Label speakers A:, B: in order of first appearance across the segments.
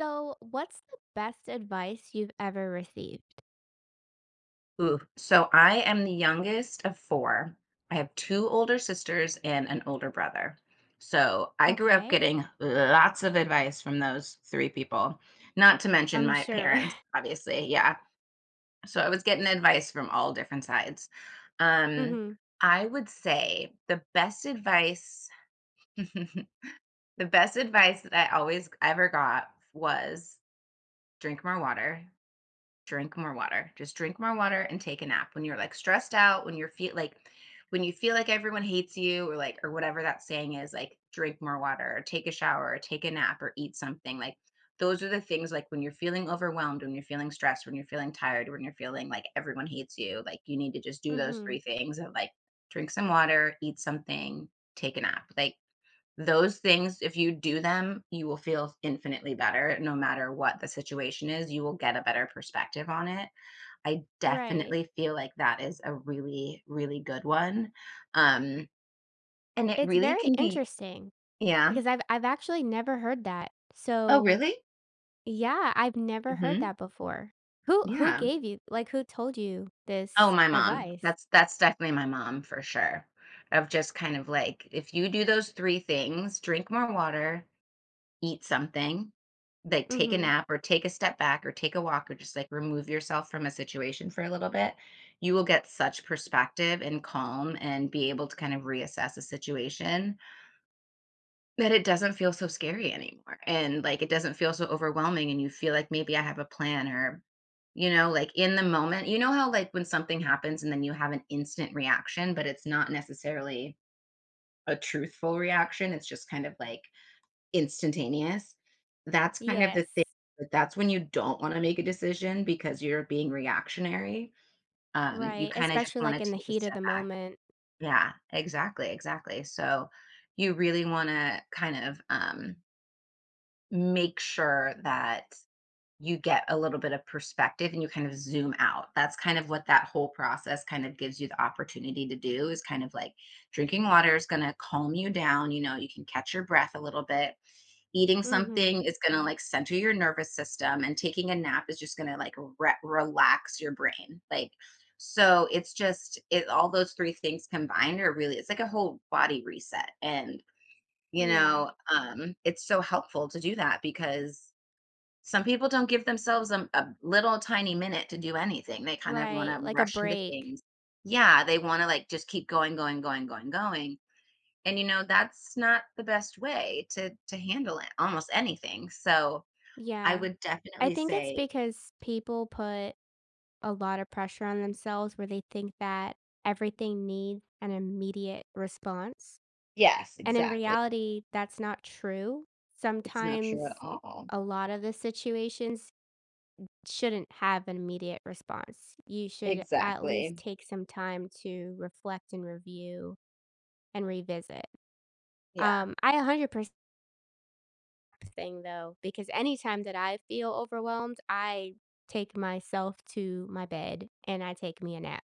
A: So, what's the best advice you've ever received?
B: Ooh, so I am the youngest of 4. I have 2 older sisters and an older brother. So, I grew up
A: Okay.
B: getting lots of advice from those 3 people, not to mention
A: I'm
B: my
A: sure.
B: parents, obviously, yeah. So, I was getting advice from all different sides. Um,
A: Mhm.
B: I would say the best advice the best advice that I always ever got was drink more water. Drink more water. Just drink more water and take a nap. When you're, like, stressed out, when you feel like everyone hates you or whatever that saying is, like, drink more water or take a shower or take a nap or eat something, like, those are the things, like, when you're feeling overwhelmed, when you're feeling stressed, when you're feeling tired, when you're feeling like everyone hates you, like, you need to just do those 3
A: Mhm.
B: things of, like, drink some water, eat something, take a nap. Like, those things, if you do them, you will feel infinitely better no matter what the situation is. You will get a better perspective on it. I
A: Right.
B: definitely feel like that is a really, really good one. Um, and it
A: It's
B: really
A: very
B: can be
A: interesting
B: yeah.
A: because I've actually never heard that.
B: Oh,
A: So,
B: really?
A: yeah, I've never heard
B: Mhm.
A: that before. Who
B: Yeah.
A: gave you, like, who told you
B: Oh,
A: this
B: my mom.
A: advice?
B: That's definitely my mom for sure. Of just kind of like, if you do those 3 things, drink more water, eat something, like take a
A: Mhm.
B: nap or take a step back or take a walk or just like remove yourself from a situation for a little bit, you will get such perspective and calm and be able to kind of reassess a situation that it doesn't feel so scary anymore. And like it doesn't feel so overwhelming, and you feel like maybe I have a plan. Or you know, like in the moment, you know how like when something happens and then you have an instant reaction, but it's not necessarily a truthful reaction. It's just kind of like instantaneous. That's kind of the
A: Yes.
B: thing, but that's when you don't wanna make a decision, because you're being reactionary. You
A: Right,
B: kinda just
A: especially
B: wanna
A: like in the
B: take a
A: heat of
B: step
A: the
B: back.
A: moment.
B: Yeah, exactly, exactly. So, you really wanna kind of, make sure that you get a little bit of perspective and you kind of zoom out. That's kind of what that whole process kind of gives you the opportunity to do, is kind of like drinking water is going to calm you down. You know, you can catch your breath a little bit. Eating
A: Mhm.
B: something is going to like center your nervous system, and taking a nap is just going to like relax your brain. Like, so it's just it all those three things combined are really it's like a whole body reset. And you
A: Yeah.
B: know, it's so helpful to do that, because some people don't give themselves a little tiny minute to do anything. They kind of
A: Right,
B: wanna
A: like a
B: rush into
A: break.
B: things. Yeah, they wanna, like, just keep going, going, going, going, going, and, you know, that's not the best way to handle it, almost anything, so I
A: Yeah.
B: would
A: I
B: definitely
A: think it's
B: say
A: because people put a lot of pressure on themselves where they think that everything needs an immediate response.
B: yes,
A: And in
B: exactly.
A: reality, that's not true.
B: It's not
A: Sometimes
B: true at all.
A: a lot of the situations shouldn't have an immediate response. You should at least
B: Exactly.
A: take some time to reflect and review and revisit.
B: Yeah.
A: I 100% thing though, because anytime that I feel overwhelmed, I take myself to my bed and I take me a nap.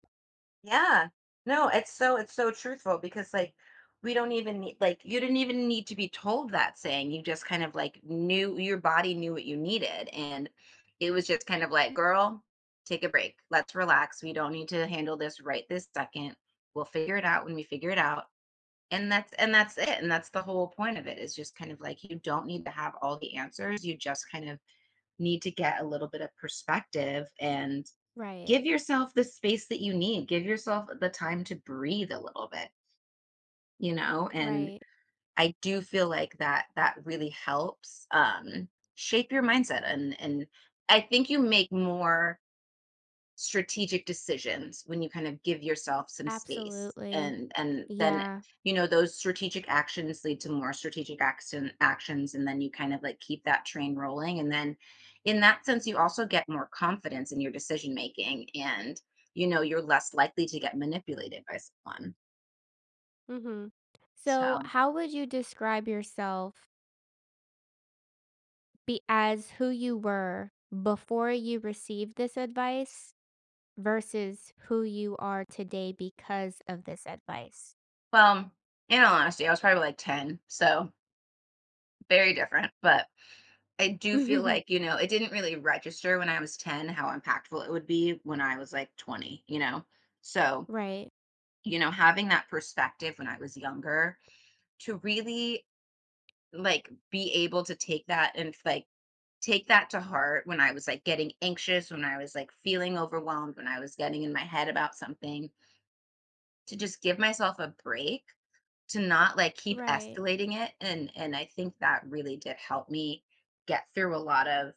B: Yeah. No, it's so truthful, because like we don't even need, like you didn't even need to be told that saying. You just kind of like knew, your body knew what you needed, and it was just kind of like, girl, take a break. Let's relax. We don't need to handle this right this second. We'll figure it out when we figure it out. And that's it. And that's the whole point of it, is just kind of like you don't need to have all the answers. You just kind of need to get a little bit of perspective and
A: Right,
B: give yourself the space that you need. Give yourself the time to breathe a little bit, you know? And
A: right.
B: I do feel like that really helps shape your mindset, and I think you make more strategic decisions when you kind of give yourself some space,
A: Absolutely.
B: and then
A: Yeah.
B: you know, those strategic actions lead to more strategic action actions, and then you kind of like keep that train rolling, and then in that sense you also get more confidence in your decision making, and you know, you're less likely to get manipulated by someone.
A: Mhm. So,
B: So
A: how would you describe yourself be as who you were before you received this advice versus who you are today because of this advice?
B: well, in all honesty, I was probably like 10, so very different. But I do feel like, you know, it didn't really register when I was 10 how impactful it would be when I was like 20, you know? So,
A: Right.
B: you know, having that perspective when I was younger, to really like be able to take that and like take that to heart when I was like getting anxious, when I was like feeling overwhelmed, when I was getting in my head about something, to just give myself a break, to not like keep
A: Right.
B: escalating it. And I think that really did help me get through a lot of.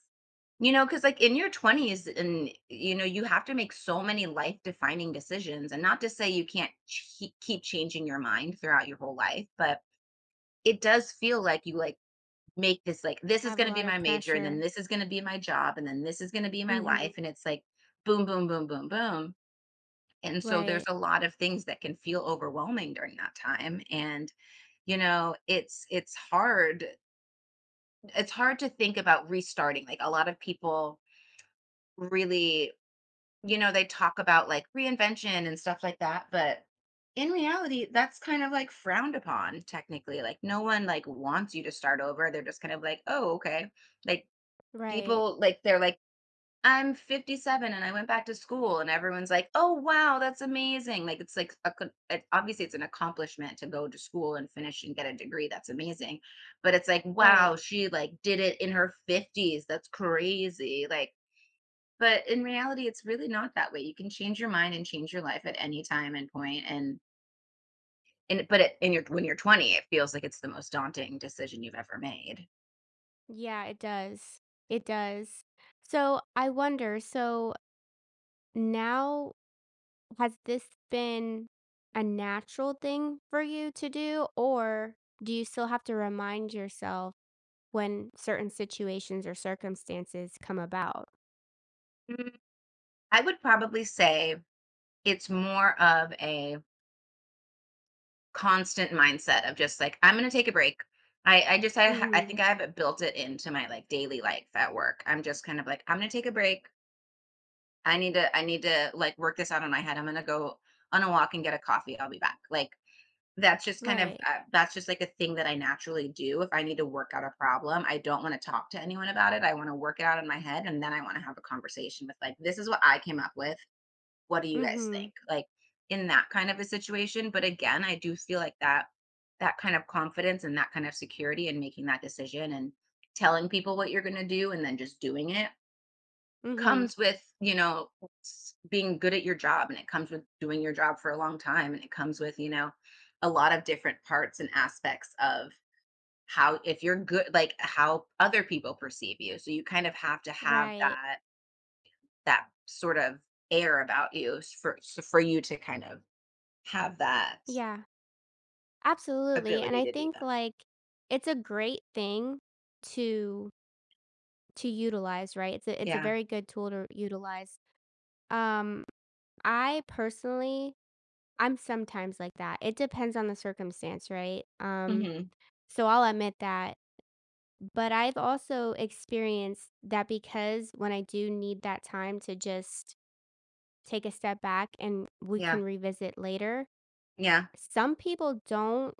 B: You know, because like, in your 20s, and, you know, you have to make so many life-defining decisions, and not to say you can't ch keep changing your mind throughout your whole life, but it does feel like you, like, make this, like, "This is
A: Have a
B: gonna be
A: lot of
B: my major, and then
A: pressure.
B: this is gonna be my job, and then this is gonna be my
A: Mhm.
B: life," and it's like, boom, boom, boom, boom, boom, and so
A: Right.
B: there's a lot of things that can feel overwhelming during that time, and, you know, it's hard to think about restarting, like, a lot of people really, you know, they talk about like reinvention and stuff like that, but in reality, that's kind of like frowned upon technically. Like no one like wants you to start over. They're just kind of like, "Oh, okay." Like
A: Right.
B: people like they're like, "I'm 57 and I went back to school." And everyone's like, "Oh, wow, that's amazing." Like it's like a it, obviously it's an accomplishment to go to school and finish and get a degree. That's amazing. But it's like, "Wow,
A: Right.
B: she like did it in her 50s. That's crazy." Like but in reality, it's really not that way. You can change your mind and change your life at any time and point. And but it, in your when you're 20, it feels like it's the most daunting decision you've ever made.
A: Yeah, it does. It does. So, I wonder, so now, has this been a natural thing for you to do, or do you still have to remind yourself when certain situations or circumstances come about?
B: Mm, I would probably say it's more of a constant mindset of just like I'm gonna take a break. I
A: Mhm.
B: think I've built it into my like daily life at work. I'm just kind of like I'm gonna take a break. I need to like work this out in my head. I'm gonna go on a walk and get a coffee. I'll be back. Like that's just kind of
A: Right.
B: that's just like a thing that I naturally do. If I need to work out a problem, I don't want to talk to anyone about it. I want to work it out in my head and then I want to have a conversation with like this is what I came up with, what do you guys think?
A: Mhm.
B: Like in that kind of a situation. But again, I do feel like that kind of confidence and that kind of security, and making that decision and telling people what you're going to do and then just doing it,
A: Mhm.
B: comes with, you know, being good at your job, and it comes with doing your job for a long time, and it comes with, you know, a lot of different parts and aspects of how if you're good, like how other people perceive you. So you kind of have to have
A: Right.
B: that that sort of air about you for you to kind of have that
A: Yeah. Absolutely. And
B: ability
A: I
B: to do
A: think
B: that.
A: like it's a great thing to to utilize, right? It's a
B: Yeah.
A: very good tool to utilize. Um I personally, I'm sometimes like that. It depends on the circumstance, right?
B: Mhm.
A: So I'll admit that. But I've also experienced that because when I do need that time to just take a step back and we
B: Yeah.
A: can revisit later,
B: Yeah.
A: some people don't,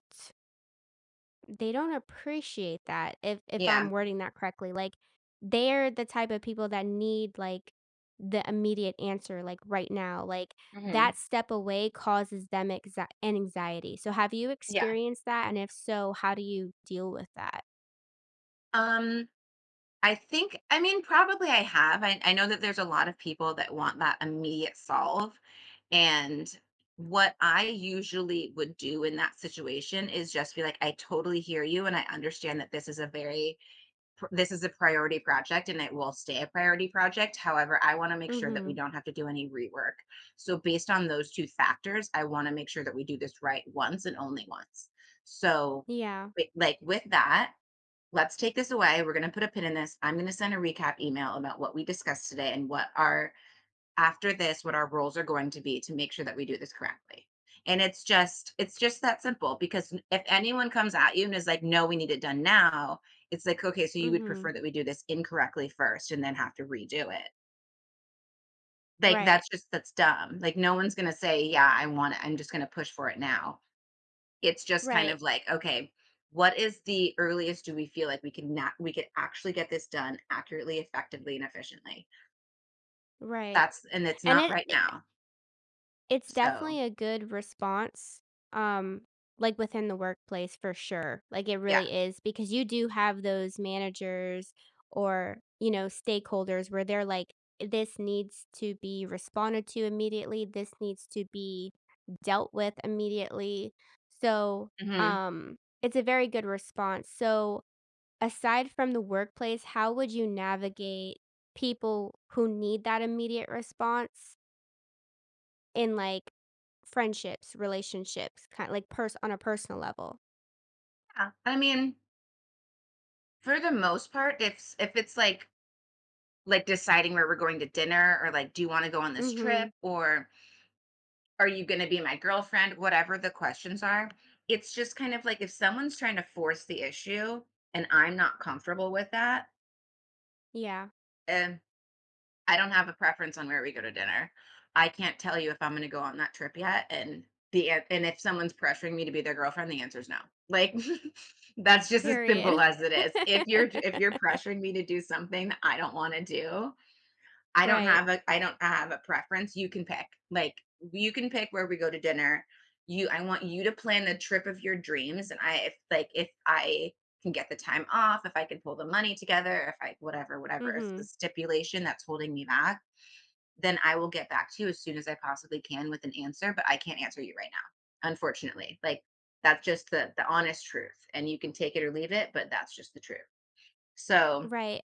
A: they don't appreciate that, if
B: Yeah.
A: I'm wording that correctly. Like, they're the type of people that need like the immediate answer like right now. Like, that
B: Mhm.
A: step away causes them an anxiety. So have you
B: Yeah.
A: experienced that, and if so, how do you deal with that?
B: Um, I think, I mean, probably I have. I know that there's a lot of people that want that immediate solve, and what I usually would do in that situation is just be like, "I totally hear you, and I understand that this is a priority project and it will stay a priority project. However, I want to make sure that we
A: Mhm.
B: don't have to do any rework. So based on those two factors, I want to make sure that we do this right once and only once. So
A: Yeah.
B: like with that, let's take this away. We're going to put a pin in this. I'm going to send a recap email about what we discussed today and what our rules are going to be to make sure that we do this correctly. And it's just that simple because if anyone comes at you and is like, "No, we need it done now," it's like, "Okay, so you would prefer
A: Mhm.
B: that we do this incorrectly first and then have to redo it." Like
A: Right.
B: that's just that's dumb. Like no one's going to say, "Yeah, I want it. I'm just going to push for it now." It's just kind
A: Right.
B: of like, "Okay, what is the earliest do we feel like we can not we could actually get this done accurately, effectively, and efficiently?"
A: Right.
B: That's and it's
A: And
B: not
A: it
B: right
A: i
B: now.
A: it's
B: So,
A: definitely a good response, um, like, within the workplace for sure. Like, it
B: yeah.
A: really is because you do have those managers or, you know, stakeholders where they're like, "This needs to be responded to immediately. This needs to be dealt with immediately." So,
B: Mhm.
A: um, it's a very good response. So aside from the workplace, how would you navigate people who need that immediate response in like friendships, relationships, kind of like on a personal level?
B: Yeah. I mean, for the most part, if it's like deciding where we're going to dinner, or like do you want to go on this trip,
A: Mhm.
B: or are you going to be my girlfriend, whatever the questions are, it's just kind of like if someone's trying to force the issue and I'm not comfortable with that,
A: Yeah.
B: eh, I don't have a preference on where we go to dinner. I can't tell you if I'm gonna go on that trip yet, and the and if someone's pressuring me to be their girlfriend, the answer is no. Like, that's just as simple
A: Period.
B: as it is. If you're if you're pressuring me to do something that I don't wanna do,
A: Right.
B: I don't have a preference, you can pick. Like, you can pick where we go to dinner. You I want you to plan the trip of your dreams, and I if, like, if I can get the time off, if I can pull the money together, if I whatever, whatever is the
A: Mhm.
B: stipulation that's holding me back, then I will get back to you as soon as I possibly can with an answer, but I can't answer you right now, unfortunately. Like that's just the honest truth. And you can take it or leave it, but that's just the truth. So,
A: Right.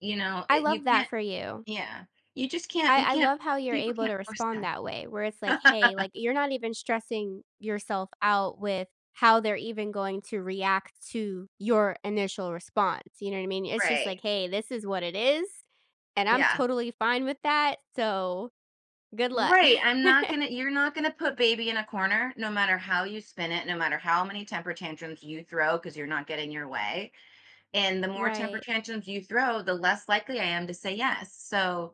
A: I
B: you
A: love that
B: can't
A: for you.
B: yeah. You just can't
A: I
B: you
A: I
B: can't
A: love how you're
B: people
A: able
B: can't
A: to
B: force
A: respond
B: that.
A: that way, where it's like, "Hey," like, you're not even stressing yourself out with how they're even going to react to your initial response, you know what I mean? It's just
B: Right.
A: like, "Hey, this is what it is, and I'm
B: Yeah.
A: totally fine with that, so good luck."
B: Right. I'm not going to, you're not going to put baby in a corner no matter how you spin it, no matter how many temper tantrums you throw because you're not getting your way. And the more temper
A: Right,
B: tantrums you throw, the less likely I am to say yes. So,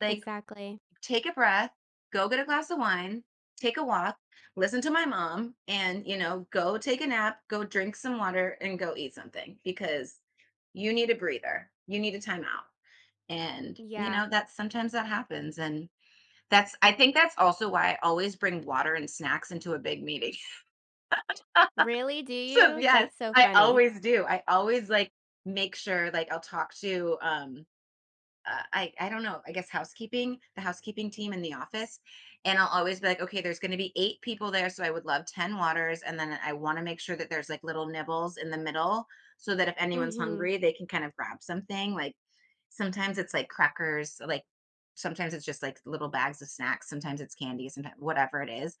B: like,
A: exactly.
B: take a breath, go get a glass of wine, take a walk, listen to my mom, and you know, go take a nap, go drink some water, and go eat something because you need a breather. You need a timeout. And you
A: Yeah.
B: know, that's sometimes that happens. And that's I think that's also why I always bring water and snacks into a big meeting.
A: "Really? Do
B: So
A: you?"
B: yes,
A: That's so
B: I
A: funny.
B: always do. I always like make sure like I'll talk to I don't know, I guess housekeeping, the housekeeping team in the office. And I'll always be like, okay, there's going to be eight people there, so I would love 10 waters, and then I want to make sure that there's like little nibbles in the middle so that if anyone's
A: Mhm,
B: hungry, they can kind of grab something. Like sometimes it's like crackers, like sometimes it's just like little bags of snacks, sometimes it's candy, sometimes whatever it is,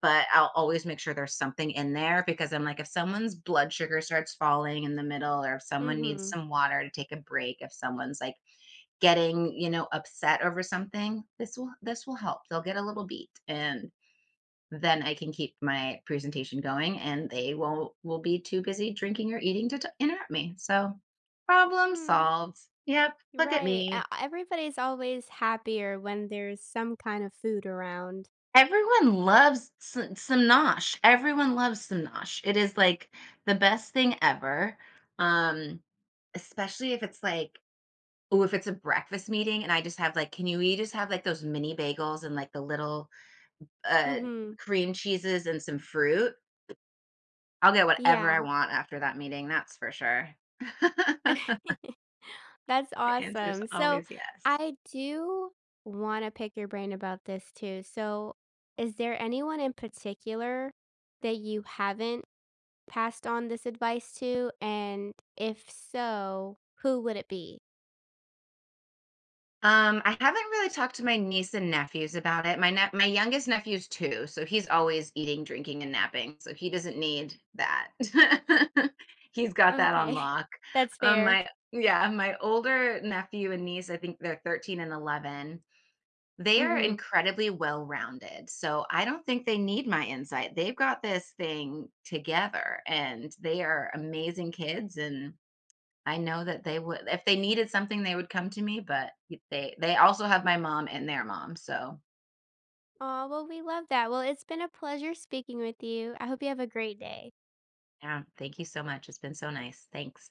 B: but I'll always make sure there's something in there because I'm like if someone's blood sugar starts falling in the middle, or if someone needs
A: mhm.
B: some water to take a break, if someone's like getting, you know, upset over something, this will help. They'll get a little beat and then I can keep my presentation going, and they won't will be too busy drinking or eating to interrupt me. So, problem
A: Mm,
B: solved. Yep, look at
A: right, e
B: me.
A: everybody's always happier when there's some kind of food around.
B: Everyone loves some nosh. Everyone loves some nosh. It is like the best thing ever. Um, especially if it's like oh if it's a breakfast meeting and I just have like can you we just have like those mini bagels and like the little uh,
A: Mhm.
B: cream cheeses and some fruit, I'll get whatever I
A: Yeah.
B: want after that meeting, that's for sure.
A: That's
B: The answer's
A: awesome. So
B: always yes.
A: I do wanna pick your brain about this too. So is there anyone in particular that you haven't passed on this advice to? And if so, who would it be?
B: I haven't really talked to my niece and nephews about it. My youngest nephew's 2, so he's always eating, drinking, and napping, so he doesn't need that. He's got that on
A: Okay.
B: lock.
A: That's fair.
B: My older nephew and niece, I think they're 13 and 11. They are
A: Mhm.
B: incredibly well-rounded, so I don't think they need my insight. They've got this thing together, and they are amazing kids, and I know that they would if they needed something, they would come to me, but they also have my mom and their mom, so,
A: Oh well, we love that. Well, it's been a pleasure speaking with you. I hope you have a great day.
B: yeah, thank you so much. It's been so nice. Thanks.